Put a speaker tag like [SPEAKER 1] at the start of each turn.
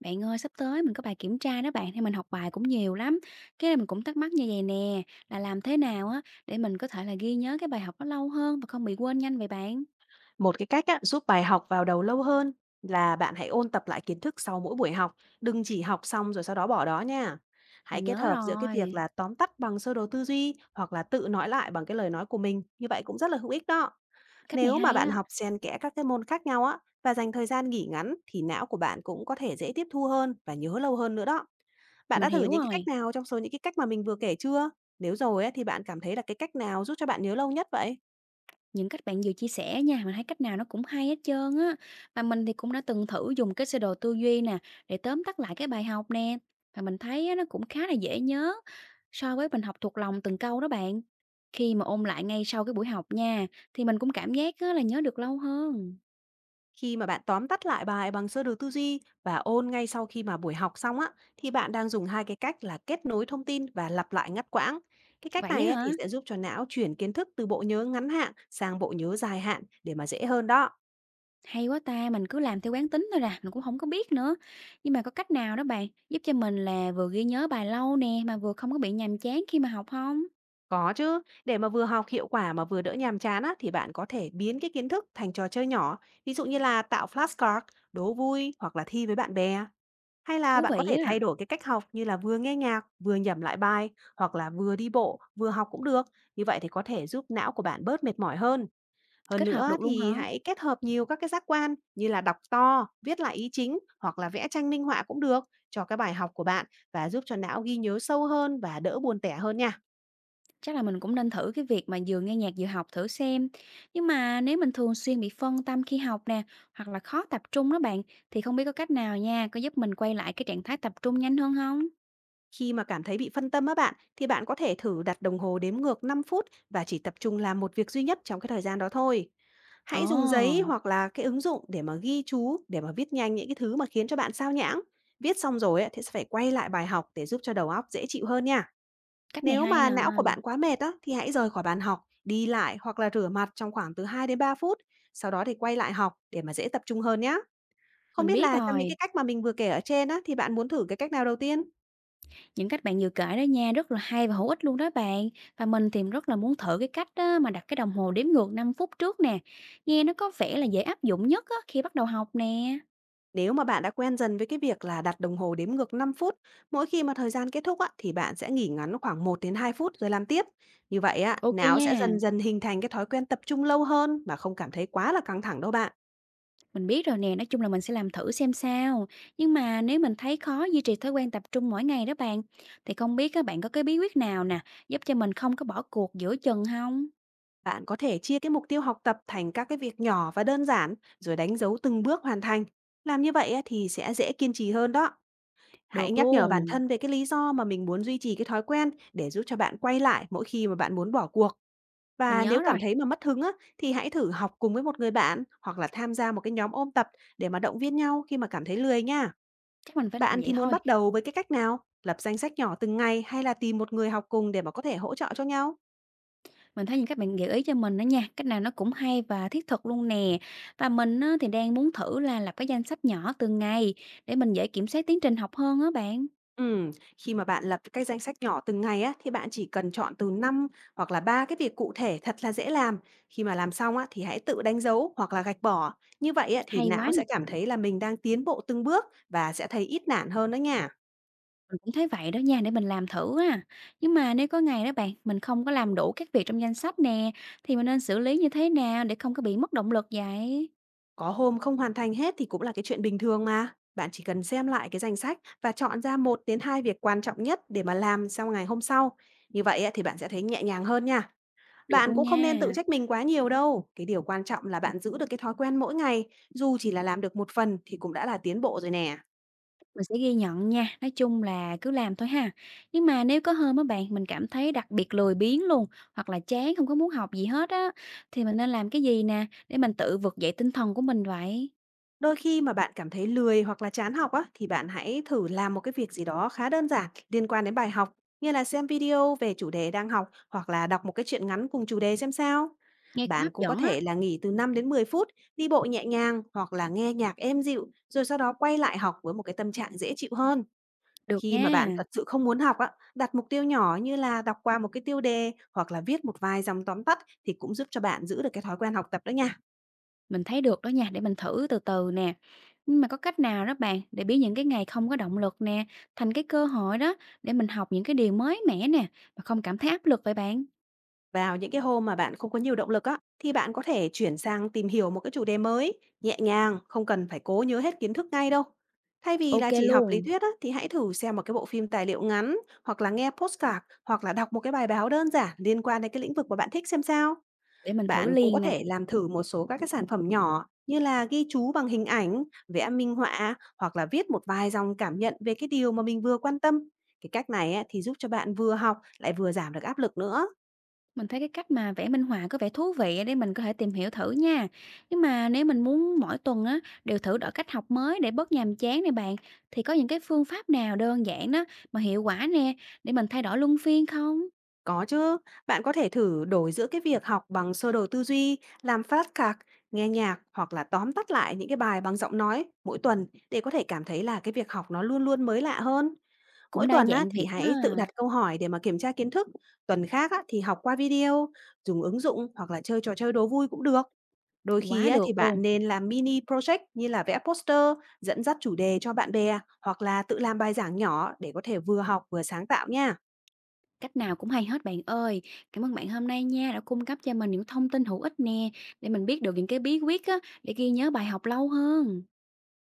[SPEAKER 1] Bạn ơi, sắp tới mình có bài kiểm tra đó bạn, thì mình học bài cũng nhiều lắm. Cái này mình cũng thắc mắc như vậy nè, là làm thế nào á để mình có thể là ghi nhớ cái bài học nó lâu hơn và không bị quên nhanh vậy bạn?
[SPEAKER 2] Một cái cách á, giúp bài học vào đầu lâu hơn là bạn hãy ôn tập lại kiến thức sau mỗi buổi học, đừng chỉ học xong rồi sau đó bỏ đó nha. Hãy
[SPEAKER 1] Mình
[SPEAKER 2] kết
[SPEAKER 1] nhớ
[SPEAKER 2] hợp giữa cái việc
[SPEAKER 1] rồi,
[SPEAKER 2] là tóm tắt bằng sơ đồ tư duy hoặc là tự nói lại bằng cái lời nói của mình, như vậy cũng rất là hữu ích đó.
[SPEAKER 1] cách này
[SPEAKER 2] Nếu mà
[SPEAKER 1] hay
[SPEAKER 2] bạn
[SPEAKER 1] á,
[SPEAKER 2] học xen kẽ các cái môn khác nhau á và dành thời gian nghỉ ngắn thì não của bạn cũng có thể dễ tiếp thu hơn và nhớ lâu hơn nữa đó. Bạn
[SPEAKER 1] mình
[SPEAKER 2] đã thử
[SPEAKER 1] hiểu
[SPEAKER 2] những cái cách
[SPEAKER 1] rồi.
[SPEAKER 2] nào trong số những cái cách mà mình vừa kể chưa? Nếu rồi á, thì bạn cảm thấy là cái cách nào giúp cho bạn nhớ lâu nhất vậy?
[SPEAKER 1] Những cách bạn vừa chia sẻ nha, mình thấy cách nào nó cũng hay hết trơn á. Và mình thì cũng đã từng thử dùng cái sơ đồ tư duy nè, để tóm tắt lại cái bài học nè. Và mình thấy á, nó cũng khá là dễ nhớ so với mình học thuộc lòng từng câu đó bạn. Khi mà ôn lại ngay sau cái buổi học nha, thì mình cũng cảm giác á, là nhớ được lâu hơn.
[SPEAKER 2] Khi mà bạn tóm tắt lại bài bằng sơ đồ tư duy và ôn ngay sau khi mà buổi học xong á, thì bạn đang dùng hai cái cách là kết nối thông tin và lặp lại ngắt quãng. Cái cách
[SPEAKER 1] Vậy
[SPEAKER 2] này
[SPEAKER 1] á
[SPEAKER 2] á,
[SPEAKER 1] hả?
[SPEAKER 2] thì sẽ giúp cho não chuyển kiến thức từ bộ nhớ ngắn hạn sang bộ nhớ dài hạn để mà dễ hơn đó.
[SPEAKER 1] Hay quá ta, mình cứ làm theo quán tính thôi à, mình cũng không có biết nữa. Nhưng mà có cách nào đó bạn, giúp cho mình là vừa ghi nhớ bài lâu nè, mà vừa không có bị nhàm chán khi mà học không?
[SPEAKER 2] Có chứ, để mà vừa học hiệu quả mà vừa đỡ nhàm chán á, thì bạn có thể biến cái kiến thức thành trò chơi nhỏ, ví dụ như là tạo flashcard, đố vui hoặc là thi với bạn bè. Hay là
[SPEAKER 1] Thú
[SPEAKER 2] bạn có
[SPEAKER 1] vị
[SPEAKER 2] thể
[SPEAKER 1] á,
[SPEAKER 2] thay đổi cái cách học như là vừa nghe nhạc, vừa nhẩm lại bài, hoặc là vừa đi bộ, vừa học cũng được. Như vậy thì có thể giúp não của bạn bớt mệt mỏi hơn. Hơn
[SPEAKER 1] kết hợp
[SPEAKER 2] nữa
[SPEAKER 1] được luôn
[SPEAKER 2] thì
[SPEAKER 1] hả?
[SPEAKER 2] hãy kết hợp nhiều các cái giác quan như là đọc to, viết lại ý chính hoặc là vẽ tranh minh họa cũng được cho cái bài học của bạn và giúp cho não ghi nhớ sâu hơn và đỡ buồn tẻ hơn nha.
[SPEAKER 1] Chắc là mình cũng nên thử cái việc mà vừa nghe nhạc vừa học thử xem. Nhưng mà nếu mình thường xuyên bị phân tâm khi học nè, hoặc là khó tập trung đó bạn, thì không biết có cách nào nha, có giúp mình quay lại cái trạng thái tập trung nhanh hơn không?
[SPEAKER 2] Khi mà cảm thấy bị phân tâm á bạn, thì bạn có thể thử đặt đồng hồ đếm ngược 5 phút và chỉ tập trung làm một việc duy nhất trong cái thời gian đó thôi.
[SPEAKER 1] Ồ,
[SPEAKER 2] Hãy dùng giấy hoặc là cái ứng dụng để mà ghi chú, để mà viết nhanh những cái thứ mà khiến cho bạn sao nhãng. Viết xong rồi ấy, thì sẽ phải quay lại bài học để giúp cho đầu óc dễ chịu hơn nha.
[SPEAKER 1] cách này
[SPEAKER 2] Nếu
[SPEAKER 1] hay
[SPEAKER 2] mà
[SPEAKER 1] nè.
[SPEAKER 2] não của bạn quá mệt á, thì hãy rời khỏi bàn học, đi lại hoặc là rửa mặt trong khoảng từ 2 đến 3 phút. Sau đó thì quay lại học để mà dễ tập trung hơn nhé. Không
[SPEAKER 1] Mình
[SPEAKER 2] biết
[SPEAKER 1] biết
[SPEAKER 2] là trong những cái
[SPEAKER 1] rồi,
[SPEAKER 2] cách mà mình vừa kể ở trên á, thì bạn muốn thử cái cách nào đầu tiên?
[SPEAKER 1] những cách bạn vừa kể đó nha, rất là hay và hữu ích luôn đó bạn. Và mình thì rất là muốn thử cái cách á, mà đặt cái đồng hồ đếm ngược 5 phút trước nè. Nghe nó có vẻ là dễ áp dụng nhất á, khi bắt đầu học nè.
[SPEAKER 2] Nếu mà bạn đã quen dần với cái việc là đặt đồng hồ đếm ngược 5 phút, mỗi khi mà thời gian kết thúc á, thì bạn sẽ nghỉ ngắn khoảng 1 đến 2 phút rồi làm tiếp. Như vậy á,
[SPEAKER 1] Ok
[SPEAKER 2] não
[SPEAKER 1] nha.
[SPEAKER 2] sẽ dần dần hình thành cái thói quen tập trung lâu hơn mà không cảm thấy quá là căng thẳng đâu bạn.
[SPEAKER 1] Mình biết rồi nè, nói chung là mình sẽ làm thử xem sao. Nhưng mà nếu mình thấy khó duy trì thói quen tập trung mỗi ngày đó bạn, thì không biết các bạn có cái bí quyết nào nè, giúp cho mình không có bỏ cuộc giữa chừng không?
[SPEAKER 2] Bạn có thể chia cái mục tiêu học tập thành các cái việc nhỏ và đơn giản rồi đánh dấu từng bước hoàn thành. Làm như vậy á, thì sẽ dễ kiên trì hơn đó. Hãy
[SPEAKER 1] Được
[SPEAKER 2] nhắc nhở bản
[SPEAKER 1] luôn.
[SPEAKER 2] thân về cái lý do mà mình muốn duy trì cái thói quen để giúp cho bạn quay lại mỗi khi mà bạn muốn bỏ cuộc.
[SPEAKER 1] Mình
[SPEAKER 2] Và nếu
[SPEAKER 1] nhớ
[SPEAKER 2] cảm
[SPEAKER 1] rồi,
[SPEAKER 2] thấy mà mất hứng á, thì hãy thử học cùng với một người bạn hoặc là tham gia một cái nhóm ôn tập để mà động viên nhau khi mà cảm thấy lười nha.
[SPEAKER 1] chắc mình phải làm
[SPEAKER 2] Bạn
[SPEAKER 1] vậy
[SPEAKER 2] thì muốn
[SPEAKER 1] thôi.
[SPEAKER 2] bắt đầu với cái cách nào? Lập danh sách nhỏ từng ngày hay là tìm một người học cùng để mà có thể hỗ trợ cho nhau?
[SPEAKER 1] Mình thấy những các bạn gợi ý cho mình đó nha, cách nào nó cũng hay và thiết thực luôn nè. Và mình á, thì đang muốn thử là lập cái danh sách nhỏ từng ngày để mình dễ kiểm soát tiến trình học hơn á bạn.
[SPEAKER 2] Ừm, khi mà bạn lập cái danh sách nhỏ từng ngày á, thì bạn chỉ cần chọn từ 5 hoặc là 3 cái việc cụ thể thật là dễ làm. Khi mà làm xong á, thì hãy tự đánh dấu hoặc là gạch bỏ. Như vậy á, thì
[SPEAKER 1] Hay quá
[SPEAKER 2] não
[SPEAKER 1] nè.
[SPEAKER 2] sẽ cảm thấy là mình đang tiến bộ từng bước và sẽ thấy ít nản hơn đó nha.
[SPEAKER 1] Mình cũng thấy vậy đó nha, để mình làm thử á. Nhưng mà nếu có ngày đó bạn, mình không có làm đủ các việc trong danh sách nè, thì mình nên xử lý như thế nào để không có bị mất động lực vậy?
[SPEAKER 2] Có hôm không hoàn thành hết thì cũng là cái chuyện bình thường mà. Bạn chỉ cần xem lại cái danh sách và chọn ra 1 đến 2 việc quan trọng nhất để mà làm sau ngày hôm sau. Như vậy á, thì bạn sẽ thấy nhẹ nhàng hơn nha.
[SPEAKER 1] Được
[SPEAKER 2] Bạn
[SPEAKER 1] luôn
[SPEAKER 2] cũng không nên tự
[SPEAKER 1] nha.
[SPEAKER 2] trách mình quá nhiều đâu. Cái điều quan trọng là bạn giữ được cái thói quen mỗi ngày, dù chỉ là làm được một phần thì cũng đã là tiến bộ rồi nè.
[SPEAKER 1] Mình sẽ ghi nhận nha, nói chung là cứ làm thôi ha. Nhưng mà nếu có hôm á bạn, mình cảm thấy đặc biệt lười biếng luôn, hoặc là chán không có muốn học gì hết á, thì mình nên làm cái gì nè, để mình tự vực dậy tinh thần của mình vậy?
[SPEAKER 2] Đôi khi mà bạn cảm thấy lười hoặc là chán học á, thì bạn hãy thử làm một cái việc gì đó khá đơn giản liên quan đến bài học, như là xem video về chủ đề đang học hoặc là đọc một cái truyện ngắn cùng chủ đề xem sao.
[SPEAKER 1] Nghe cũng
[SPEAKER 2] Bạn
[SPEAKER 1] hấp
[SPEAKER 2] cũng có
[SPEAKER 1] dẫn á.
[SPEAKER 2] thể là nghỉ từ 5 đến 10 phút, đi bộ nhẹ nhàng hoặc là nghe nhạc êm dịu, rồi sau đó quay lại học với một cái tâm trạng dễ chịu hơn.
[SPEAKER 1] Được
[SPEAKER 2] Khi mà bạn
[SPEAKER 1] nha.
[SPEAKER 2] thật sự không muốn học á, đặt mục tiêu nhỏ như là đọc qua một cái tiêu đề hoặc là viết một vài dòng tóm tắt thì cũng giúp cho bạn giữ được cái thói quen học tập đó nha.
[SPEAKER 1] Mình thấy được đó nha, để mình thử từ từ nè. Nhưng mà có cách nào đó bạn để biến những cái ngày không có động lực nè thành cái cơ hội đó để mình học những cái điều mới mẻ nè mà không cảm thấy áp lực vậy bạn?
[SPEAKER 2] Vào những cái hôm mà bạn không có nhiều động lực á, thì bạn có thể chuyển sang tìm hiểu một cái chủ đề mới, nhẹ nhàng, không cần phải cố nhớ hết kiến thức ngay đâu. Thay vì là
[SPEAKER 1] Ok
[SPEAKER 2] chỉ học lý
[SPEAKER 1] luôn,
[SPEAKER 2] thuyết á, thì hãy thử xem một cái bộ phim tài liệu ngắn, hoặc là nghe podcast, hoặc là đọc một cái bài báo đơn giản liên quan đến cái lĩnh vực mà bạn thích xem sao.
[SPEAKER 1] để mình thử
[SPEAKER 2] Bạn cũng có
[SPEAKER 1] liền nè.
[SPEAKER 2] thể làm thử một số các cái sản phẩm nhỏ như là ghi chú bằng hình ảnh, vẽ minh họa hoặc là viết một vài dòng cảm nhận về cái điều mà mình vừa quan tâm. Cái cách này á, thì giúp cho bạn vừa học lại vừa giảm được áp lực nữa.
[SPEAKER 1] Mình thấy cái cách mà vẽ minh họa có vẻ thú vị á, để mình có thể tìm hiểu thử nha. Nhưng mà nếu mình muốn mỗi tuần á đều thử đổi cách học mới để bớt nhàm chán này bạn thì có những cái phương pháp nào đơn giản đó mà hiệu quả nè để mình thay đổi luân phiên không?
[SPEAKER 2] Có chứ, bạn có thể thử đổi giữa cái việc học bằng sơ đồ tư duy, làm flashcard, nghe nhạc hoặc là tóm tắt lại những cái bài bằng giọng nói mỗi tuần để có thể cảm thấy là cái việc học nó luôn luôn mới lạ hơn.
[SPEAKER 1] Cũng
[SPEAKER 2] Mỗi
[SPEAKER 1] đa
[SPEAKER 2] tuần á,
[SPEAKER 1] dạng
[SPEAKER 2] thì
[SPEAKER 1] việc quá
[SPEAKER 2] hãy tự đặt
[SPEAKER 1] ha.
[SPEAKER 2] câu hỏi để mà kiểm tra kiến thức, tuần khác á, thì học qua video, dùng ứng dụng hoặc là chơi trò chơi đố vui cũng được. Đôi khi
[SPEAKER 1] Quá
[SPEAKER 2] á,
[SPEAKER 1] được
[SPEAKER 2] thì
[SPEAKER 1] luôn.
[SPEAKER 2] bạn nên làm mini project như là vẽ poster, dẫn dắt chủ đề cho bạn bè hoặc là tự làm bài giảng nhỏ để có thể vừa học vừa sáng tạo nha.
[SPEAKER 1] Cách nào cũng hay hết bạn ơi. Cảm ơn bạn hôm nay nha, đã cung cấp cho mình những thông tin hữu ích nè, để mình biết được những cái bí quyết á, để ghi nhớ bài học lâu hơn.